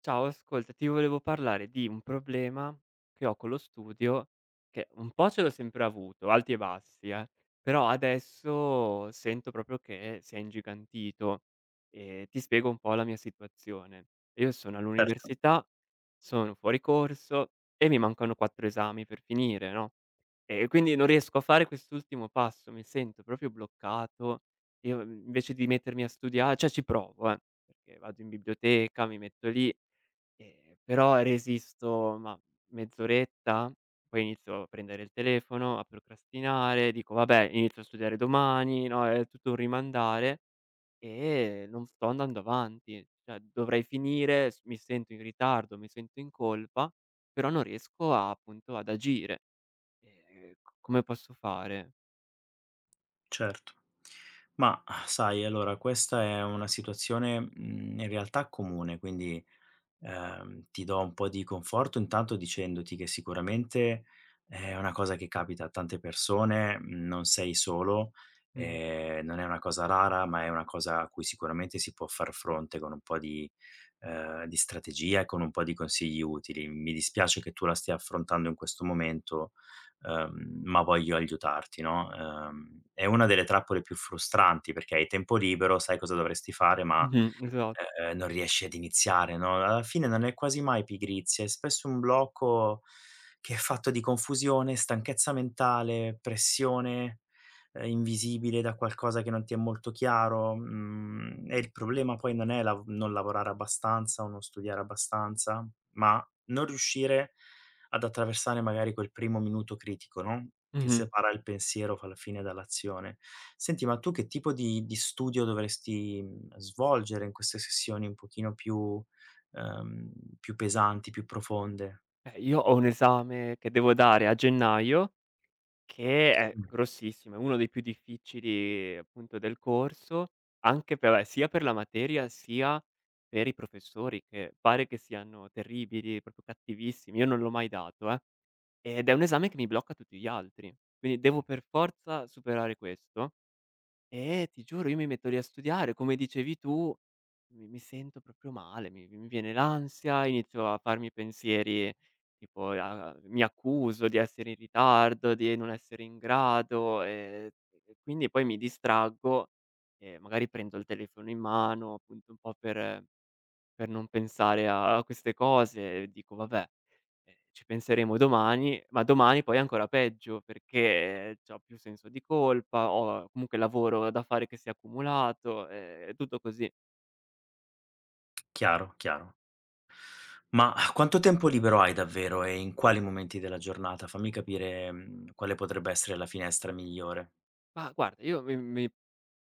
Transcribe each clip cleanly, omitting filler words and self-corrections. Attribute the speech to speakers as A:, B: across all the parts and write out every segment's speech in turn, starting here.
A: Ciao, ascolta, ti volevo parlare di un problema che ho con lo studio, che un po' ce l'ho sempre avuto, alti e bassi, però adesso sento proprio che si è ingigantito e ti spiego un po' la mia situazione. Io sono
B: Certo,
A: all'università, sono fuori corso e mi mancano 4 esami per finire, no, e quindi non riesco a fare quest'ultimo passo, mi sento proprio bloccato. Io invece di mettermi a studia cioè ci provo, perché vado in biblioteca, mi metto lì. Però resisto, mah, mezz'oretta, poi inizio a prendere il telefono, a procrastinare, dico: "Vabbè, inizio a studiare domani", no, è tutto un rimandare e non sto andando avanti. Cioè dovrei finire, s mi sento in ritardo, mi sento in colpa, però non riesco a appunto ad agire. C Come posso fare?
B: certo. Ma sai, allora questa è una situazione, in realtà comune, quindi ti do un po' di conforto intanto dicendoti che sicuramente è una cosa che capita a tante persone, non sei solo,
A: Mh-mh.
B: non è una cosa rara, ma è una cosa a cui sicuramente si può far fronte con un po' di strategia e con un po' di consigli utili. Mi dispiace che tu la stia affrontando in questo momento, ma voglio aiutarti, no, è una delle trappole più frustranti perché hai tempo libero, sai cosa dovresti fare, ma
A: Mh-mh, esatto.
B: non riesci ad iniziare, no, alla fine non è quasi mai pigrizia, è spesso un blocco che è fatto di confusione, stanchezza mentale, pressione, invisibile da qualcosa che non ti è molto chiaro, e il problema poi non è lav non lavorare abbastanza o non studiare abbastanza, ma non riuscire ad attraversare magari quel primo minuto critico, no, che
A: Mh-mh.
B: separa il pensiero f alla fine dall'azione. Senti, ma tu che tipo di studio dovresti, svolgere in queste sessioni un pochino più ehm, più pesanti, più profonde?
A: Io ho un esame che devo dare a gennaio, che è
B: Sì.
A: grossissimo, è uno dei più difficili appunto del corso, anche per sia per la materia, sia per i professori che pare che siano terribili, proprio cattivissimi. Io non l'ho mai dato ed è un esame che mi blocca tutti gli altri. Quindi devo per forza superare questo. Eh, ti giuro, io mi metto lì a studiare, come dicevi tu, mi sento proprio male, mi viene l'ansia, inizio a farmi pensieri tipo a mi accuso di essere in ritardo, di non essere in grado, e quindi poi mi distraggo e magari prendo il telefono in mano, appunto un po' per non pensare a queste cose e dico: "Vabbè, ci penseremo domani", ma domani poi è ancora peggio perché c'ho più senso di colpa, ho comunque lavoro da fare che si è accumulato, è tutto così.
B: Chiaro, chiaro. Ma quanto tempo libero hai davvero e in quali momenti della giornata? Fammi capire, quale potrebbe essere la finestra migliore.
A: Ma guarda, io mi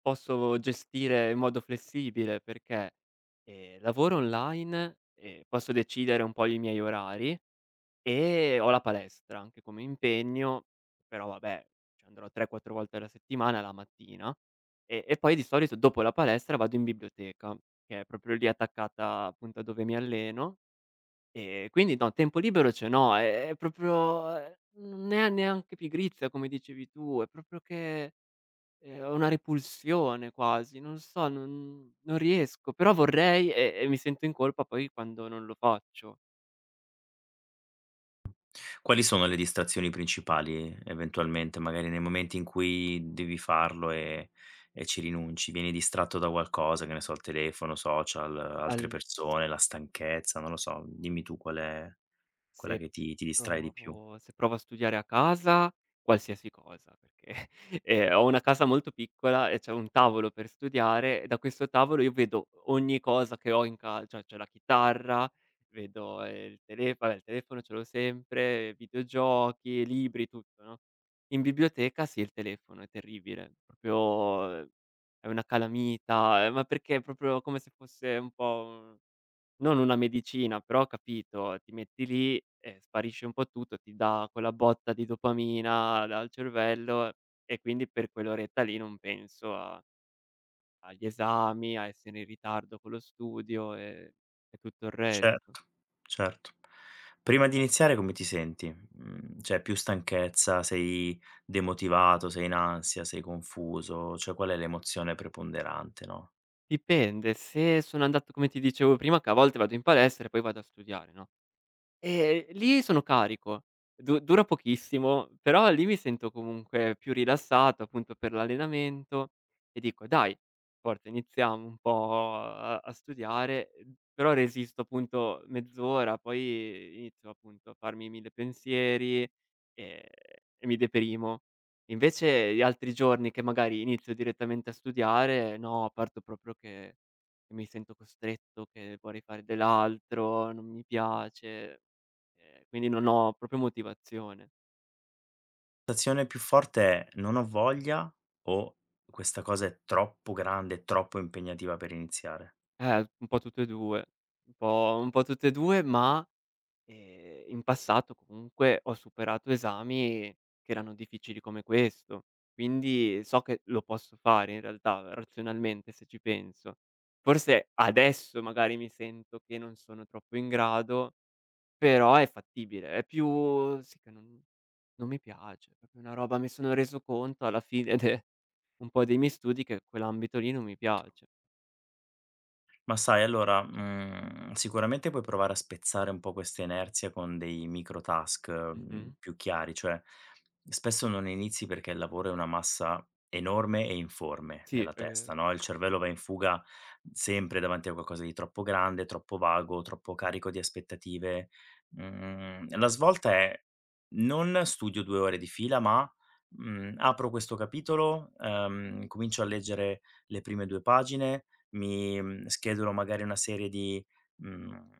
A: posso gestire in modo flessibile perché, lavoro online e posso decidere un po' i miei orari. E ho la palestra anche come impegno, però vabbè, ci andrò 3, 4 volte alla settimana la mattina e poi di solito dopo la palestra vado in biblioteca, che è proprio lì attaccata appunto a dove mi alleno e quindi no, tempo libero ce n'ho, è proprio non è neanche pigrizia come dicevi tu, è proprio che, ho una repulsione quasi, non so, non riesco, però vorrei e mi sento in colpa poi quando non lo faccio.
B: Quali sono le distrazioni principali eventualmente, magari nei momenti in cui devi farlo e ci rinunci? Vieni distratto da qualcosa, che ne so, il telefono, social, altre
A: Al s
B: persone, la stanchezza, non lo so, dimmi tu qual è quella
A: Sì.
B: che ti distrae di più.
A: Provo se provo a studiare a casa, qualsiasi cosa, perché, ho una casa molto piccola e c'è un tavolo per studiare e da questo tavolo io vedo ogni cosa che ho in ca cioè c'è la chitarra, vedo, il tele vabbè il telefono ce l'ho sempre, videogiochi, libri, tutto, no. In biblioteca sì, il telefono è terribile, proprio è una calamita, ma perché è proprio come se fosse un po'. Non una medicina, però ho capito, ti metti lì e sparisce un po' tutto, ti dà quella botta di dopamina dal cervello e quindi per quell'oretta lì non penso a agli esami, a essere in ritardo con lo studio e tutto il resto.
B: Certo, certo. Prima di iniziare come ti senti? Mhmm, C'è più stanchezza, sei demotivato, sei in ansia, sei confuso, cioè qual è l'emozione preponderante, no?
A: Dipende, se sono andato come ti dicevo prima che a volte vado in palestra e poi vado a studiare, no? Lì sono carico. Du Dura pochissimo, però lì mi sento comunque più rilassato, appunto per l'allenamento e dico: "Dai, forza, iniziamo un po' a studiare", però resisto appunto mezz'ora, poi inizio appunto a farmi 1000 pensieri, ehm, e mi deprimo. Invece gli altri giorni che magari inizio direttamente a studiare, no, parto proprio che mi sento costretto, che vorrei fare dell'altro, non mi piace. Quindi non ho proprio motivazione.
B: Sensazione più forte è: "Non ho voglia" o "Questa cosa è troppo grande, troppo impegnativa per iniziare".
A: Un po' tutte e 2, un po' tutte e 2 ma, in passato comunque ho superato esami che erano difficili come questo, quindi so che lo posso fare in realtà, razionalmente se ci penso. Forse adesso magari mi sento che non sono troppo in grado, però è fattibile, è più sì che non non mi piace, proprio una roba mi sono reso conto alla fine de un po' dei miei studi che quell'ambito lì non mi piace.
B: Ma sai, allora, sicuramente puoi provare a spezzare un po' questa inerzia con dei micro task,
A: Mh-mh.
B: più chiari, cioè spesso non inizi perché il lavoro è una massa enorme e informe
A: Sì,
B: nella
A: è vero.
B: testa, no, il cervello va in fuga sempre davanti a qualcosa di troppo grande, troppo vago, troppo carico di aspettative. La svolta è: non studio 2 ore di fila, ma, apro questo capitolo, comincio a leggere le prime 2 pagine, mi, schedulo magari una serie di mhmm,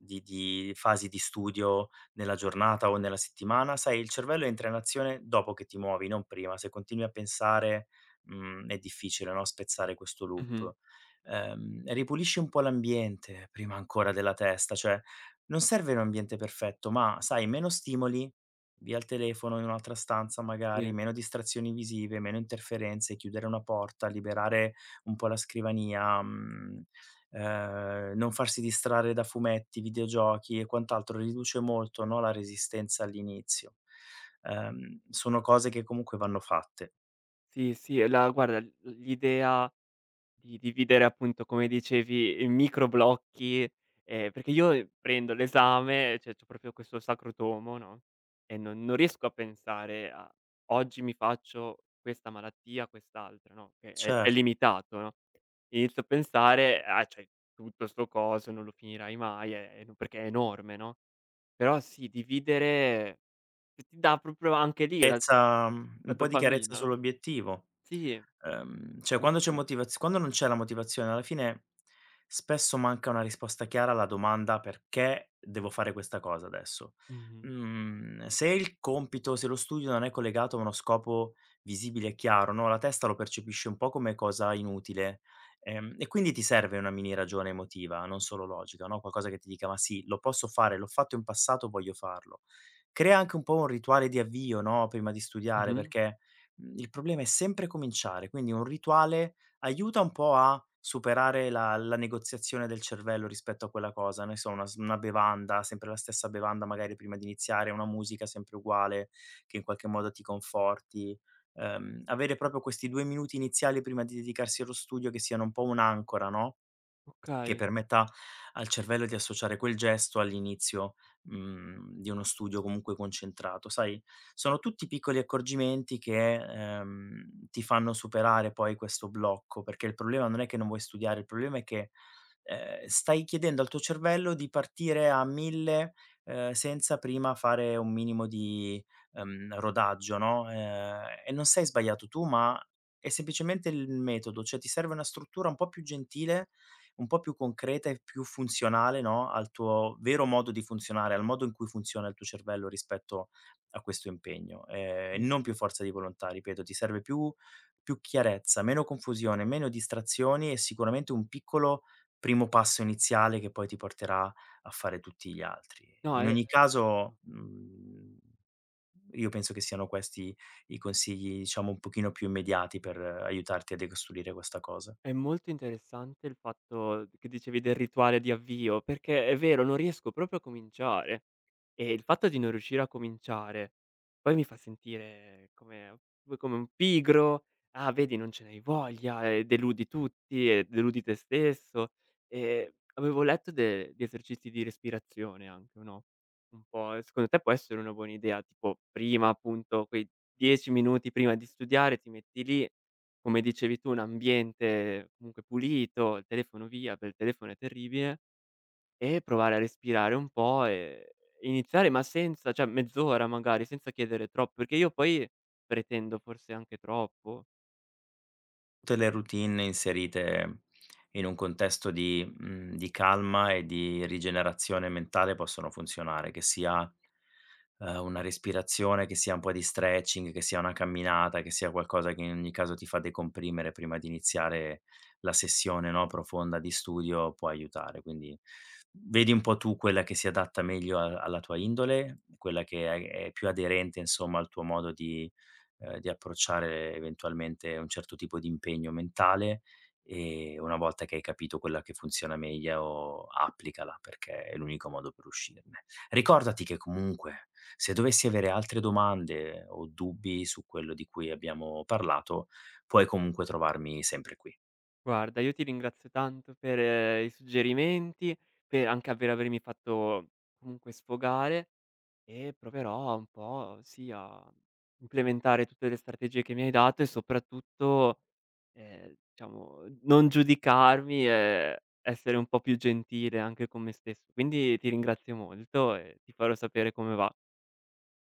B: di fasi di studio nella giornata o nella settimana, sai il cervello entra in azione dopo che ti muovi, non prima. Se continui a pensare, è difficile, no, spezzare questo
A: Mh-mh.
B: loop. Ripulisci un po' l'ambiente prima ancora della testa, cioè non serve un ambiente perfetto, ma sai meno stimoli, via il telefono in un'altra stanza magari,
A: Sì,
B: meno distrazioni visive, meno interferenze, chiudere una porta, liberare un po' la scrivania, non farsi distrarre da fumetti, videogiochi e quant'altro riduce molto, no, la resistenza all'inizio. Sono cose che comunque vanno fatte.
A: sì, e la guarda l'idea di dividere appunto, come dicevi, in micro blocchi, perché io prendo l'esame, cioè c'ho proprio questo sacro tomo, no, e non riesco a pensare a: "Oggi mi faccio questa malattia, quest'altra", no, che è
B: Cer
A: limitato, no? Inizio a pensare: "Ah, c'hai tutto 'sto coso, non lo finirai mai, è n perché è enorme, no?" Però sì, dividere ti dà proprio anche lì la
B: Chiarezza,
A: la
B: un po' di chiarezza
A: dopamina, no?
B: sull'obiettivo.
A: Sì,
B: Cioè
A: sì,
B: quando c'è
A: sì.
B: motivaz quando non c'è la motivazione, alla fine spesso manca una risposta chiara alla domanda: "Perché devo fare questa cosa adesso?"
A: Mh-mh.
B: Se il compito, se lo studio non è collegato a uno scopo visibile e chiaro, no, la testa lo percepisce un po' come cosa inutile, e quindi ti serve una mini ragione emotiva, non solo logica, no, qualcosa che ti dica: "Ma sì, lo posso fare, l'ho fatto in passato, voglio farlo." Crea anche un po' un rituale di avvio, no, prima di studiare,
A: Mh-mh.
B: perché, il problema è sempre cominciare, quindi un rituale aiuta un po' a superare la negoziazione del cervello rispetto a quella cosa. Ne so, una bevanda, sempre la stessa bevanda magari prima di iniziare, una musica sempre uguale che in qualche modo ti conforti. Avere proprio questi 2 minuti iniziali prima di dedicarsi allo studio che siano un po' un'ancora, no? Che
A: Okay.
B: permetta al cervello di associare quel gesto all'inizio, di uno studio comunque concentrato. Sai, sono tutti piccoli accorgimenti che, ti fanno superare poi questo blocco, perché il problema non è che non vuoi studiare, il problema è che, stai chiedendo al tuo cervello di partire a 1000, senza prima fare un minimo di, rodaggio, no, e non sei sbagliato tu, ma è semplicemente il metodo, cioè ti serve una struttura un po' più gentile un po' più concreta e più funzionale, no, al tuo vero modo di funzionare, al modo in cui funziona il tuo cervello rispetto a questo impegno.
A: Sì,
B: Non
A: sì.
B: più forza di volontà, ripeto, ti serve più più chiarezza, meno confusione, meno distrazioni e sicuramente un piccolo primo passo iniziale che poi ti porterà a fare tutti gli altri.
A: No, è
B: In
A: è
B: ogni caso,
A: molto.
B: io penso che siano questi i consigli, diciamo, un pochino più immediati per aiutarti a decostruire questa cosa.
A: È molto interessante il fatto che dicevi del rituale di avvio, perché è vero, non riesco proprio a cominciare. E il fatto di non riuscire a cominciare poi mi fa sentire come come un pigro: "Ah, vedi non ce n'hai voglia", e deludi tutti e deludi te stesso. Avevo letto de di esercizi di respirazione anche, no, un po' e secondo te può essere una buona idea, tipo prima appunto quei 10 minuti prima di studiare ti metti lì come dicevi tu, un ambiente comunque pulito, il telefono via, per il telefono è terribile, e provare a respirare un po' e iniziare, ma senza cioè mezz'ora magari, senza chiedere troppo, perché io poi pretendo forse anche troppo.
B: Tutte le routine inserite in un contesto di di calma e di rigenerazione mentale possono funzionare, che sia, una respirazione, che sia un po' di stretching, che sia una camminata, che sia qualcosa che in ogni caso ti fa decomprimere prima di iniziare la sessione, no, profonda di studio, può aiutare. Quindi vedi un po' tu quella che si adatta meglio a alla tua indole, quella che è più aderente insomma al tuo modo di approcciare eventualmente un certo tipo di impegno mentale e una volta che hai capito quella che funziona meglio applicala, perché è l'unico modo per uscirne. Ricordati che comunque se dovessi avere altre domande o dubbi su quello di cui abbiamo parlato, puoi comunque trovarmi sempre qui.
A: Guarda, io ti ringrazio tanto per i suggerimenti, per anche per avermi fatto comunque sfogare e proverò un po', sì, a implementare tutte le strategie che mi hai dato e soprattutto. Diciamo non giudicarmi e essere un po' più gentile anche con me stesso. Quindi ti ringrazio molto e ti farò sapere come va.